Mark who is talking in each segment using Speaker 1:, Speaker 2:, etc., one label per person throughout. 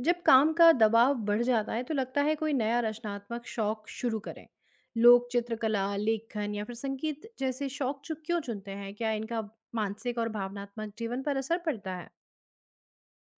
Speaker 1: जब काम का दबाव बढ़ जाता है तो लगता है कोई नया रचनात्मक शौक शुरू करें। लोग चित्रकला लेखन या फिर संगीत जैसे शौक क्यों चुनते हैं, क्या इनका मानसिक और भावनात्मक जीवन पर असर पड़ता है?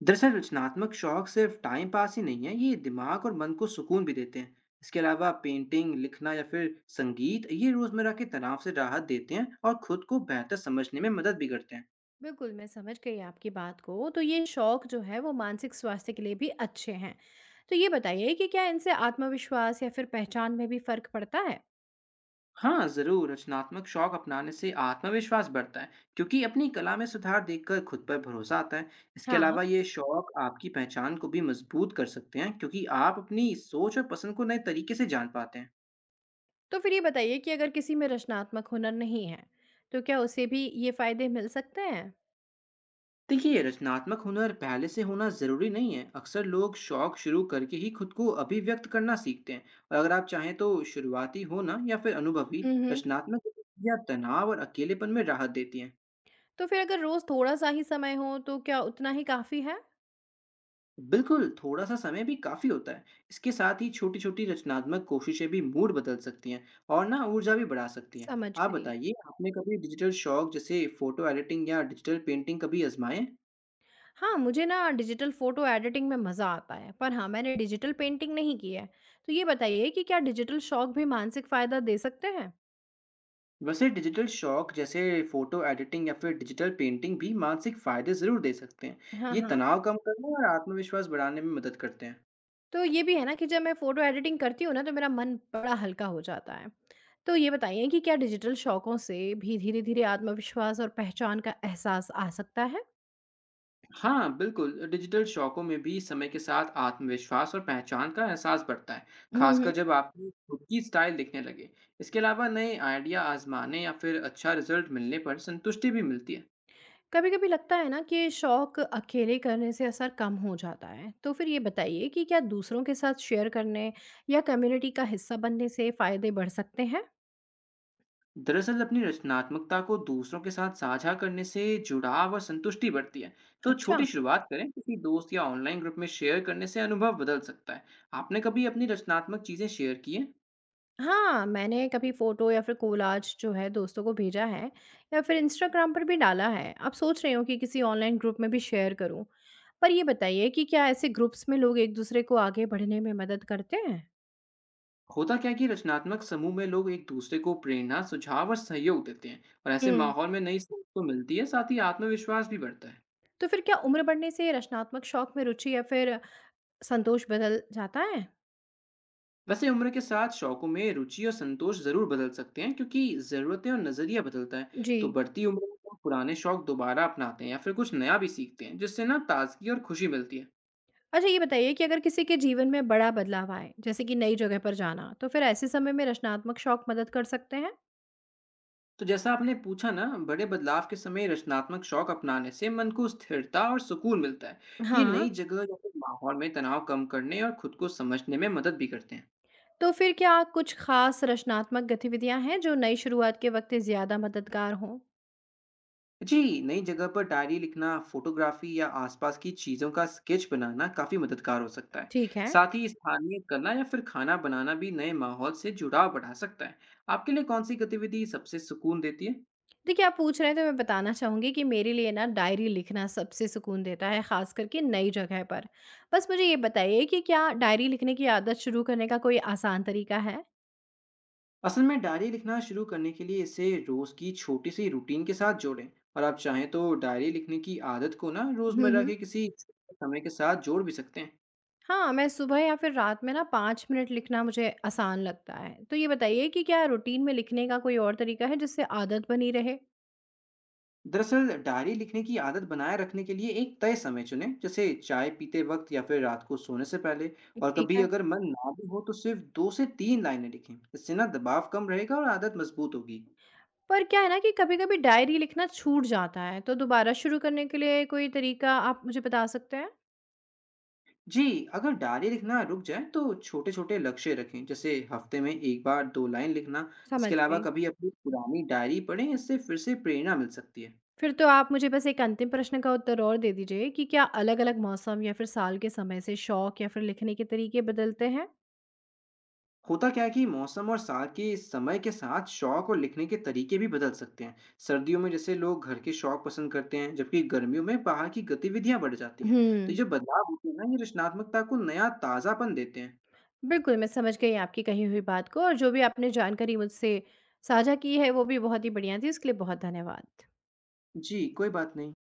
Speaker 2: दरअसल रचनात्मक शौक सिर्फ टाइम पास ही नहीं है, ये दिमाग और मन को सुकून भी देते हैं। इसके अलावा पेंटिंग, लिखना या फिर संगीत, ये रोजमर्रा के तनाव से राहत देते हैं और खुद को बेहतर समझने में मदद भी करते हैं।
Speaker 1: बिल्कुल, मैं समझ गई आपकी बात को। तो ये शौक जो है वो मानसिक स्वास्थ्य के लिए भी अच्छे हैं। तो ये बताइए कि क्या इनसे आत्मविश्वास या फिर पहचान में भी फर्क पड़ता है?
Speaker 2: हाँ, जरूर रचनात्मक शौक अपनाने से आत्मविश्वास बढ़ता है, क्योंकि अपनी कला में सुधार देखकर खुद पर भरोसा आता है। इसके
Speaker 1: हाँ।
Speaker 2: अलावा ये शौक आपकी पहचान को भी मजबूत कर सकते हैं, क्योंकि आप अपनी सोच और पसंद को नए तरीके से जान पाते हैं।
Speaker 1: तो फिर ये बताइए कि अगर किसी में रचनात्मक हुनर नहीं है तो क्या उसे भी ये फायदे मिल सकते हैं?
Speaker 2: देखिए, रचनात्मक हुनर पहले से होना ज़रूरी नहीं है, अक्सर लोग शौक शुरू करके ही खुद को अभिव्यक्त करना सीखते हैं। और अगर आप चाहें तो शुरुआती होना या फिर अनुभवी
Speaker 1: हम्म।
Speaker 2: रचनात्मक या तनाव और अकेलेपन में राहत देती हैं।
Speaker 1: तो फिर अगर रोज़ थोड़ा-सा ही समय हो, तो क्या उतना ही काफ़ी है?
Speaker 2: बिल्कुल, थोड़ा सा समय भी काफ़ी होता है। इसके साथ ही छोटी छोटी रचनात्मक कोशिशें भी मूड बदल सकती हैं और ना ऊर्जा भी बढ़ा सकती हैं।
Speaker 1: समझ
Speaker 2: आप
Speaker 1: गई।
Speaker 2: बताइए, आपने कभी डिजिटल शौक जैसे फोटो एडिटिंग या डिजिटल पेंटिंग कभी आजमाए?
Speaker 1: हाँ, मुझे ना डिजिटल फ़ोटो एडिटिंग में मज़ा आता है, पर हाँ, मैंने डिजिटल पेंटिंग नहीं की है। तो ये बताइए कि क्या डिजिटल शौक भी मानसिक फ़ायदा दे सकते हैं?
Speaker 2: वैसे डिजिटल शौक जैसे फोटो एडिटिंग या फिर डिजिटल पेंटिंग भी मानसिक फायदे जरूर दे सकते हैं।
Speaker 1: हाँ,
Speaker 2: ये
Speaker 1: हाँ।
Speaker 2: तनाव कम करने और आत्मविश्वास बढ़ाने में मदद करते हैं।
Speaker 1: तो ये भी है ना कि जब मैं फ़ोटो एडिटिंग करती हूँ ना, तो मेरा मन बड़ा हल्का हो जाता है। तो ये बताइए कि क्या डिजिटल शौकों से भी धीरे-धीरे आत्मविश्वास और पहचान का एहसास आ सकता है?
Speaker 2: हाँ बिल्कुल, डिजिटल शौकों में भी समय के साथ आत्मविश्वास और पहचान का एहसास बढ़ता है,
Speaker 1: हुँ,
Speaker 2: खासकर
Speaker 1: हुँ।
Speaker 2: जब आपकी खुद की स्टाइल दिखने लगे। इसके अलावा नए आइडिया आजमाने या फिर अच्छा रिजल्ट मिलने पर संतुष्टि भी मिलती है।
Speaker 1: कभी कभी लगता है ना कि शौक अकेले करने से असर कम हो जाता है। तो फिर ये बताइए कि क्या दूसरों के साथ शेयर करने या कम्युनिटी का हिस्सा बनने से फायदे बढ़ सकते हैं?
Speaker 2: दरअसल अपनी रचनात्मकता को दूसरों के साथ साझा करने से जुड़ाव और संतुष्टि बढ़ती है। तो
Speaker 1: अच्छा।
Speaker 2: छोटी शुरुआत करें, किसी दोस्त या ऑनलाइन ग्रुप में शेयर करने से अनुभव बदल सकता है। आपने कभी अपनी रचनात्मक चीजें शेयर की हैं?
Speaker 1: हाँ, मैंने कभी फोटो या फिर कोलाज जो है दोस्तों को भेजा है, या फिर इंस्टाग्राम पर भी डाला है। अब सोच रही हूँ कि किसी ऑनलाइन ग्रुप में भी शेयर करूँ। पर ये बताइए कि क्या ऐसे ग्रुप्स में लोग एक दूसरे को आगे बढ़ने में मदद करते हैं?
Speaker 2: होता क्या है कि रचनात्मक समूह में लोग एक दूसरे को प्रेरणा, सुझाव और सहयोग देते हैं, और ऐसे
Speaker 1: हम्म।
Speaker 2: माहौल में नई सोच तो मिलती है, साथ ही आत्मविश्वास भी बढ़ता है।
Speaker 1: तो फिर क्या उम्र बढ़ने से रचनात्मक शौक में रुचि या फिर संतोष बदल जाता है?
Speaker 2: वैसे उम्र के साथ शौकों में रुचि और संतोष जरूर बदल सकते हैं, क्योंकि जरूरतें और नजरिया बदलता है। तो
Speaker 1: जी।
Speaker 2: बढ़ती उम्र में हम पुराने शौक दोबारा अपनाते हैं या फिर कुछ नया भी सीखते हैं, जिससे ना ताजगी और खुशी मिलती है।
Speaker 1: अच्छा, ये बताइए कि अगर किसी के जीवन में बड़ा बदलाव आए, जैसे कि नई जगह पर जाना, तो फिर ऐसे समय में रचनात्मक शौक मदद कर सकते हैं?
Speaker 2: तो जैसा आपने पूछा ना, बड़े बदलाव के समय रचनात्मक शौक अपनाने से मन को स्थिरता और सुकून मिलता है। ये
Speaker 1: हाँ,
Speaker 2: नई जगह या फिर माहौल में तनाव कम करने और खुद को समझने में मदद भी करते हैं।
Speaker 1: तो फिर क्या कुछ खास रचनात्मक गतिविधियाँ हैं जो नई शुरुआत के वक़्त ज़्यादा मददगार हों?
Speaker 2: जी, नई जगह पर डायरी लिखना, फोटोग्राफी या आसपास की चीज़ों का स्केच बनाना काफ़ी मददगार हो सकता है।
Speaker 1: ठीक है।
Speaker 2: साथ ही स्थानीय कला या फिर खाना बनाना भी नए माहौल से जुड़ाव बढ़ा सकता है। आपके लिए कौन सी गतिविधि सबसे सुकून देती है?
Speaker 1: देखिए, आप पूछ रहे हैं तो मैं बताना चाहूँगी कि मेरे लिए ना डायरी लिखना सबसे सुकून देता है, ख़ास करके नई जगह पर। बस मुझे ये बताइए कि क्या डायरी लिखने की आदत शुरू करने का कोई आसान तरीका है?
Speaker 2: असल में डायरी लिखना शुरू करने के लिए इसे रोज़ की छोटी सी रूटीन के साथ जोड़ें। और आप चाहें तो डायरी लिखने की आदत को ना
Speaker 1: हुँ,
Speaker 2: रोज़मर्रा के
Speaker 1: हुँ।
Speaker 2: किसी समय के साथ जोड़ भी सकते हैं।
Speaker 1: हाँ, मैं सुबह या फिर रात में ना 5 मिनट लिखना मुझे आसान लगता है। तो ये बताइए कि क्या रूटीन में लिखने का कोई और तरीका है जिससे आदत बनी रहे?
Speaker 2: दरअसल डायरी लिखने की आदत बनाए रखने के लिए एक तय समय चुनें, जैसे चाय पीते वक्त या फिर रात को सोने से पहले। और
Speaker 1: ठीक
Speaker 2: कभी
Speaker 1: है।
Speaker 2: अगर मन ना भी हो तो सिर्फ 2 से 3 लाइनें लिखें, इससे ना दबाव कम रहेगा और आदत मजबूत होगी।
Speaker 1: पर क्या है ना कि कभी-कभी डायरी लिखना छूट जाता है, तो दोबारा शुरू करने के लिए कोई तरीका आप मुझे बता सकते हैं?
Speaker 2: जी, अगर डायरी लिखना रुक जाए तो छोटे छोटे लक्ष्य रखें, जैसे हफ्ते में एक बार 2 लाइन लिखना।
Speaker 1: समझ
Speaker 2: इसके अलावा
Speaker 1: गई।
Speaker 2: कभी अपनी पुरानी डायरी पढ़ें, इससे फिर से प्रेरणा मिल सकती है।
Speaker 1: फिर तो आप मुझे बस एक अंतिम प्रश्न का उत्तर और दे दीजिए कि क्या अलग-अलग मौसम या फिर साल के समय से शौक या फिर लिखने के तरीके बदलते हैं?
Speaker 2: होता क्या है कि मौसम और साल के समय के साथ शौक और लिखने के तरीके भी बदल सकते हैं। सर्दियों में जैसे लोग घर के शौक पसंद करते हैं, जबकि गर्मियों में बाहर की गतिविधियां बढ़ जाती हैं। तो ये
Speaker 1: हुँ।
Speaker 2: जो बदलाव होते हैं ना, ये रचनात्मकता को नया ताजापन देते हैं।
Speaker 1: बिल्कुल, मैं समझ गई आपकी कही हुई बात को, और जो भी आपने जानकारी मुझसे साझा की है, वो भी बहुत ही बढ़िया थी। उसके लिए बहुत धन्यवाद।
Speaker 2: जी, कोई बात नहीं।